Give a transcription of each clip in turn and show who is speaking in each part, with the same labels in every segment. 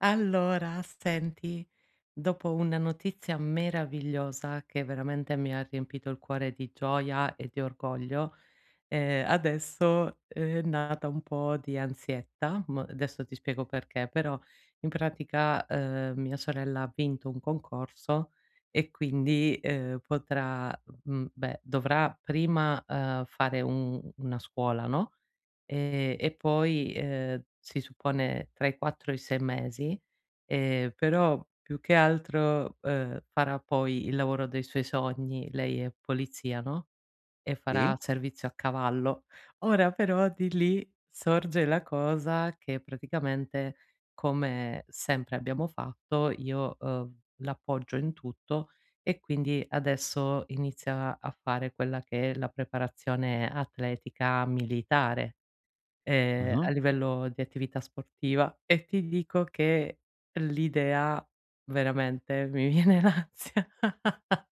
Speaker 1: Allora, senti, dopo una notizia meravigliosa che veramente mi ha riempito il cuore di gioia e di orgoglio, adesso è nata un po' di ansietta. M adesso ti spiego perché, però in pratica, mia sorella ha vinto un concorso e quindi, potrà, beh, dovrà prima, fare un una scuola, no. E poi, si suppone tra i 4 e i 6 mesi, però più che altro, farà poi il lavoro dei suoi sogni. Lei è polizia, no, e farà
Speaker 2: Sì.
Speaker 1: servizio a cavallo. Ora però di lì sorge la cosa che praticamente, come sempre abbiamo fatto, io, l'appoggio in tutto, e quindi adesso inizia a fare quella che è la preparazione atletica militare.
Speaker 2: Mh-mh.
Speaker 1: A livello di attività sportiva, e ti dico che l'idea veramente mi viene l'ansia.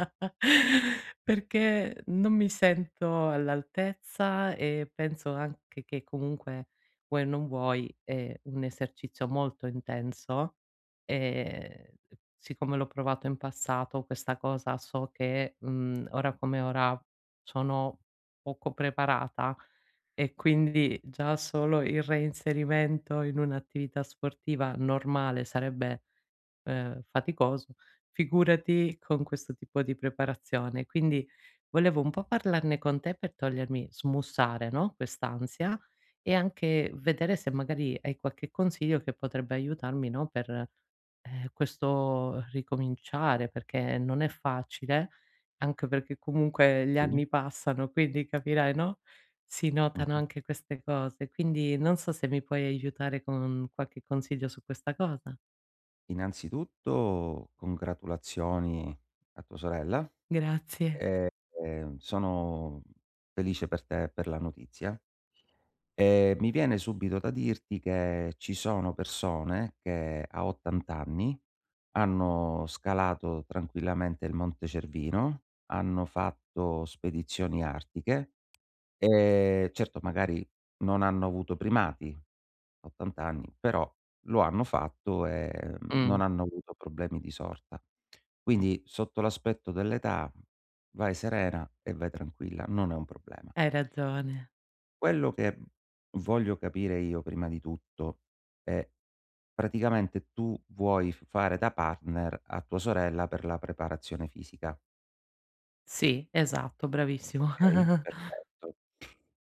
Speaker 1: Perché non mi sento all'altezza, e penso anche che comunque, vuoi o non vuoi, è un esercizio molto intenso, e siccome l'ho provato in passato questa cosa, so che, ora come ora sono poco preparata, e quindi già solo il reinserimento in un'attività sportiva normale sarebbe, faticoso, figurati con questo tipo di preparazione. Quindi volevo un po' parlarne con te per togliermi smussare, no, quest'ansia, e anche vedere se magari hai qualche consiglio che potrebbe aiutarmi, no, per, questo ricominciare, perché non è facile, anche perché comunque gli
Speaker 2: Sì.
Speaker 1: anni passano, quindi capirai, no, si notano
Speaker 2: Mh-mh.
Speaker 1: anche queste cose. Quindi non so se mi puoi aiutare con qualche consiglio su questa cosa.
Speaker 2: Innanzitutto congratulazioni a tua sorella.
Speaker 1: Grazie.
Speaker 2: Sono felice per te e per la notizia. E mi viene subito da dirti che ci sono persone che a 80 anni hanno scalato tranquillamente il Monte Cervino, hanno fatto spedizioni artiche. Certo magari non hanno avuto primati, a 80 anni, però lo hanno fatto e, non
Speaker 1: Mh,
Speaker 2: hanno avuto problemi di sorta. Quindi sotto l'aspetto dell'età vai serena e vai tranquilla, non è un problema.
Speaker 1: Hai ragione.
Speaker 2: Quello che voglio capire io prima di tutto è praticamente tu vuoi f fare da partner a tua sorella per la preparazione fisica,
Speaker 1: Sì, esatto, bravissimo.
Speaker 2: okay? Perfetto.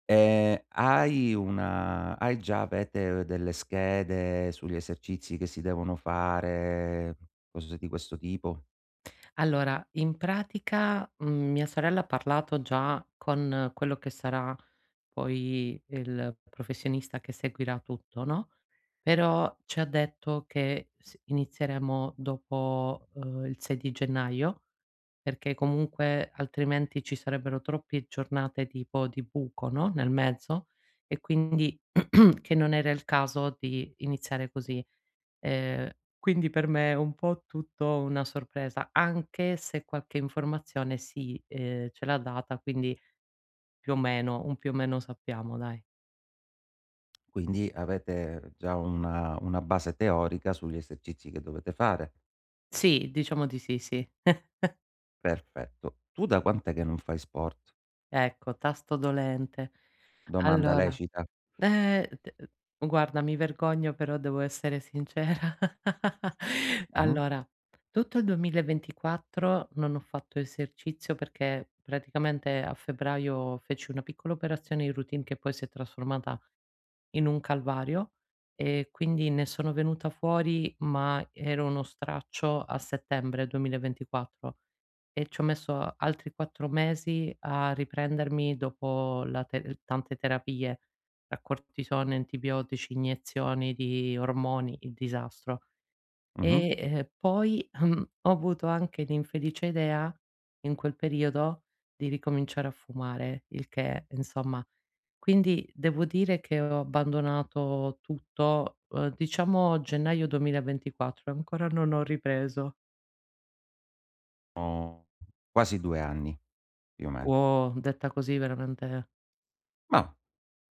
Speaker 2: Hai una hai già avete delle schede sugli esercizi che si devono fare, cose di questo tipo?
Speaker 1: Allora, in pratica, mia sorella ha parlato già con quello che sarà poi il professionista che seguirà tutto, no, però ci ha detto che s inizieremo dopo, il 6 di gennaio, perché comunque altrimenti ci sarebbero troppe giornate tipo di buco, no, nel mezzo, e quindi che non era il caso di iniziare così. Ehm, quindi per me è un po' tutto una sorpresa, anche se qualche informazione sì, ce l'ha data, quindi più o meno sappiamo dai.
Speaker 2: Quindi avete già una base teorica sugli esercizi che dovete fare.
Speaker 1: Sì, diciamo di sì, sì.
Speaker 2: Perfetto. Tu da quant'è che non fai sport?
Speaker 1: Ecco, tasto dolente.
Speaker 2: Domanda
Speaker 1: Allora,
Speaker 2: lecita.
Speaker 1: d guarda mi vergogno però devo essere sincera.
Speaker 2: Mh-mh,
Speaker 1: Allora, tutto il 2024 non ho fatto esercizio, perché praticamente a febbraio feci una piccola operazione in routine che poi si è trasformata in un calvario, e quindi ne sono venuta fuori, ma ero uno straccio a settembre 2024, e ci ho messo altri 4 mesi a riprendermi dopo la te tante terapie, tra cortisone, antibiotici, iniezioni di ormoni, il disastro.
Speaker 2: mh-mh.
Speaker 1: E, poi, ho avuto anche l'infelice idea, in quel periodo, di ricominciare a fumare, il che insomma, quindi devo dire che ho abbandonato tutto, diciamo gennaio 2024, e ancora non ho ripreso.
Speaker 2: O quasi 2 anni, più o meno.
Speaker 1: Wow, detta così veramente.
Speaker 2: Ma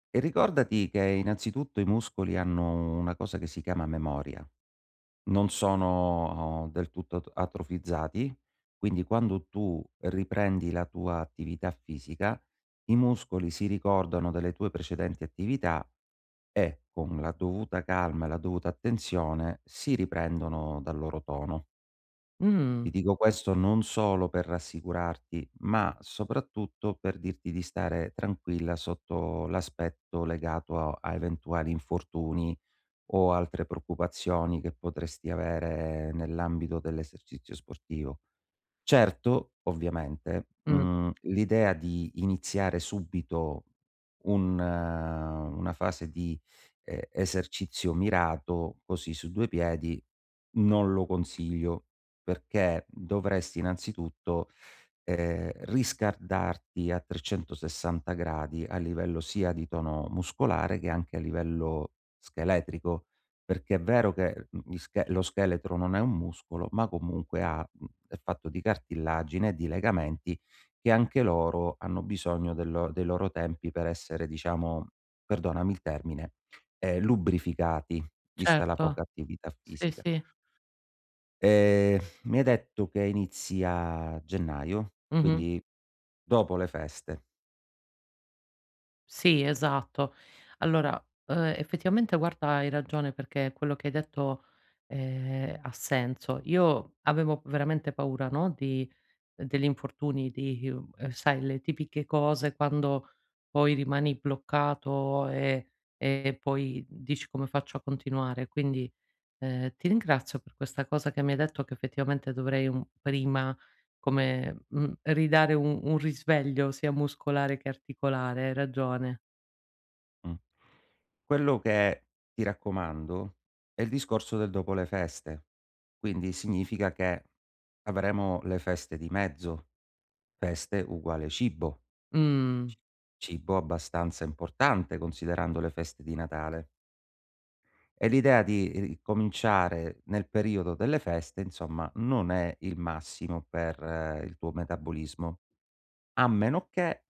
Speaker 2: e ricordati che innanzitutto i muscoli hanno una cosa che si chiama memoria. Non sono oh, del tutto at atrofizzati, quindi quando tu riprendi la tua attività fisica, i muscoli si ricordano delle tue precedenti attività e, con la dovuta calma e la dovuta attenzione, si riprendono dal loro tono.
Speaker 1: Mh,
Speaker 2: Ti dico questo non solo per rassicurarti, ma soprattutto per dirti di stare tranquilla sotto l'aspetto legato a eventuali infortuni o altre preoccupazioni che potresti avere nell'ambito dell'esercizio sportivo. Certo, ovviamente,
Speaker 1: mh,
Speaker 2: l'idea di iniziare subito un una fase di, esercizio mirato, così su 2 piedi, non lo consiglio, perché dovresti innanzitutto, riscaldarti a 360 gradi a livello sia di tono muscolare che anche a livello scheletrico. Perché è vero che, gli sche lo scheletro non è un muscolo, ma comunque è fatto di cartilagine e di legamenti che anche loro hanno bisogno del lo dei loro tempi per essere, diciamo, perdonami il termine, lubrificati, vista la
Speaker 1: certo.
Speaker 2: poca attività
Speaker 1: Sì,
Speaker 2: fisica.
Speaker 1: sì.
Speaker 2: Ehm, mi hai detto che inizi a gennaio,
Speaker 1: Mh-mh.
Speaker 2: quindi dopo le feste.
Speaker 1: Sì, esatto. Allora, effettivamente guarda hai ragione, perché quello che hai detto, ha senso. Io avevo veramente paura, no, di degli infortuni, di sai, le tipiche cose quando poi rimani bloccato, e poi dici: "Come faccio a continuare?" Quindi, ti ringrazio per questa cosa che mi hai detto, che effettivamente dovrei un prima, come, ridare un risveglio sia muscolare che articolare, hai ragione.
Speaker 2: Mh. Quello che ti raccomando è il discorso del dopo le feste, quindi significa che avremo le feste di mezzo, feste uguale cibo,
Speaker 1: Mh.
Speaker 2: cibo abbastanza importante considerando le feste di Natale. E l'idea di ri cominciare nel periodo delle feste, insomma, non è il massimo per il tuo metabolismo, a meno che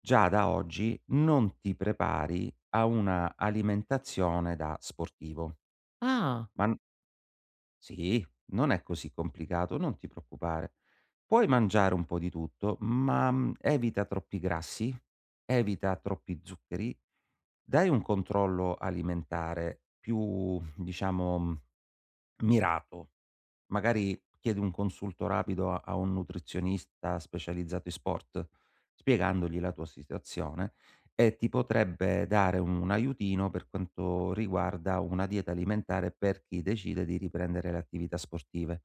Speaker 2: già da oggi non ti prepari a una alimentazione da sportivo.
Speaker 1: Ah,
Speaker 2: Ma n sì, non è così complicato, non ti preoccupare. Puoi mangiare un po' di tutto, ma, evita troppi grassi, evita troppi zuccheri, dai un controllo alimentare più, diciamo, mirato. Magari chiedi un consulto rapido a un nutrizionista specializzato in sport, spiegandogli la tua situazione e ti potrebbe dare un aiutino per quanto riguarda una dieta alimentare per chi decide di riprendere le attività sportive.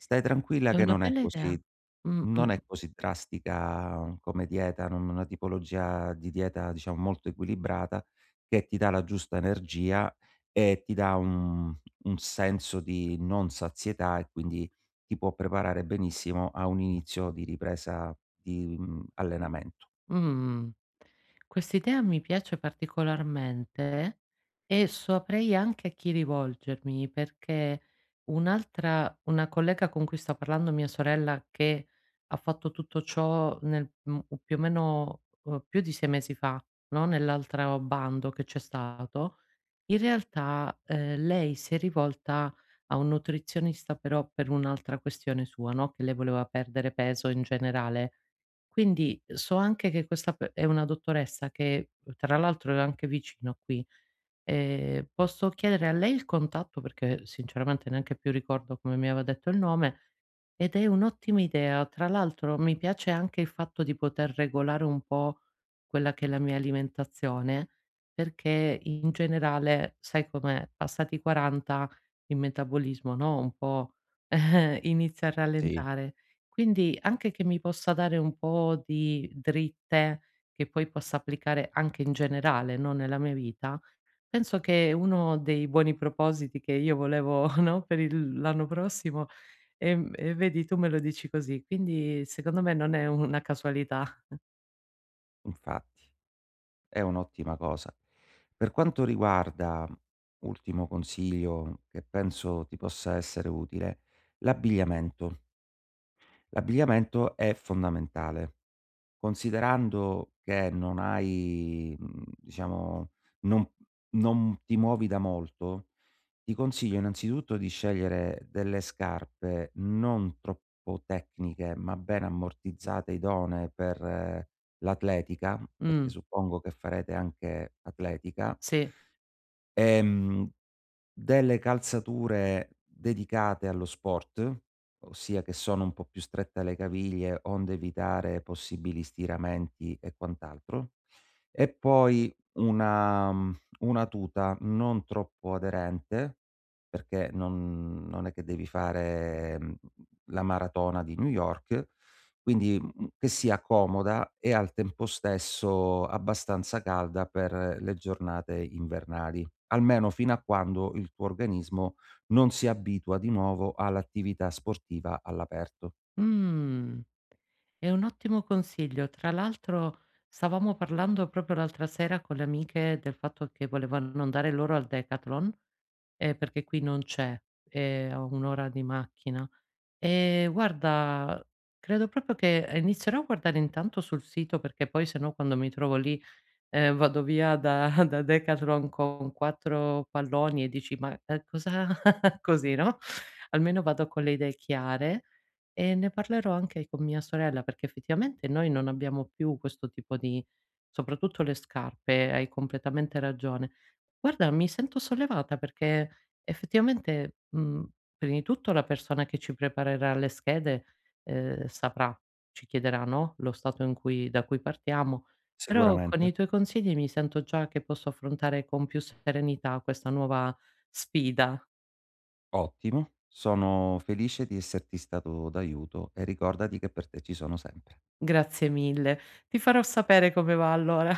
Speaker 2: Stai tranquilla
Speaker 1: è
Speaker 2: che
Speaker 1: una
Speaker 2: non è
Speaker 1: bella idea.
Speaker 2: così
Speaker 1: Mh,
Speaker 2: non è così drastica come dieta, non una tipologia di dieta, diciamo, molto equilibrata, che ti dà la giusta energia e ti dà un senso di non sazietà e quindi ti può preparare benissimo a un inizio di ripresa di, allenamento.
Speaker 1: mh, mh. Quest'idea mi piace particolarmente, e saprei anche a chi rivolgermi, perché un'altra una collega con cui sto parlando, mia sorella, che ha fatto tutto ciò nel, più o meno, più di 6 mesi fa, no, nell'altro bando che c'è stato. In realtà, lei si è rivolta a un nutrizionista, però per un'altra questione sua, no, che lei voleva perdere peso in generale. Quindi so anche che questa p è una dottoressa che tra l'altro è anche vicino qui. Posso chiedere a lei il contatto, perché sinceramente neanche più ricordo come mi aveva detto il nome, ed è un'ottima idea. Tra l'altro mi piace anche il fatto di poter regolare un po' quella che è la mia alimentazione, perché in generale, sai com'è, passati i 40 il metabolismo, no, un po' inizia a
Speaker 2: Sì,
Speaker 1: rallentare. Quindi anche che mi possa dare un po' di dritte che poi possa applicare anche in generale, no, nella mia vita. Penso che uno dei buoni propositi che io volevo, no, per il l'anno prossimo, e vedi tu me lo dici così, quindi secondo me non è una casualità.
Speaker 2: infatti. È un'ottima cosa. Per quanto riguarda, ultimo consiglio che penso ti possa essere utile, l'abbigliamento. L'abbigliamento è fondamentale. Considerando che non hai, diciamo non non ti muovi da molto, ti consiglio innanzitutto di scegliere delle scarpe non troppo tecniche, ma ben ammortizzate, idonee per l'atletica, perché
Speaker 1: Mh,
Speaker 2: suppongo che farete anche atletica.
Speaker 1: sì.
Speaker 2: Ehm delle calzature dedicate allo sport, ossia che sono un po' più strette alle caviglie, onde evitare possibili stiramenti e quant'altro. E poi una tuta non troppo aderente, perché non è che devi fare, la maratona di New York, quindi, che sia comoda e al tempo stesso abbastanza calda per le giornate invernali almeno fino a quando il tuo organismo non si abitua di nuovo all'attività sportiva all'aperto.
Speaker 1: Mh, è un ottimo consiglio. Tra l'altro stavamo parlando proprio l'altra sera con le amiche del fatto che volevano andare loro al Decathlon, perché qui non c'è, è a 1 ora di macchina. Guarda, credo proprio che inizierò a guardare intanto sul sito, perché poi se no quando mi trovo lì. Vado via da da Decathlon con 4 palloni e dici: "Ma, cosa", così, no, almeno vado con le idee chiare, e ne parlerò anche con mia sorella, perché effettivamente noi non abbiamo più questo tipo di, soprattutto le scarpe, hai completamente ragione. Guarda, mi sento sollevata, perché effettivamente, prima di tutto la persona che ci preparerà le schede, saprà, ci chiederà, no, lo stato in cui da cui partiamo, però con
Speaker 2: Sicuramente.
Speaker 1: i tuoi consigli mi sento già che posso affrontare con più serenità questa nuova sfida.
Speaker 2: Ottimo, sono felice di esserti stato d'aiuto e ricordati che per te ci sono sempre.
Speaker 1: Grazie mille. Ti farò sapere come va allora.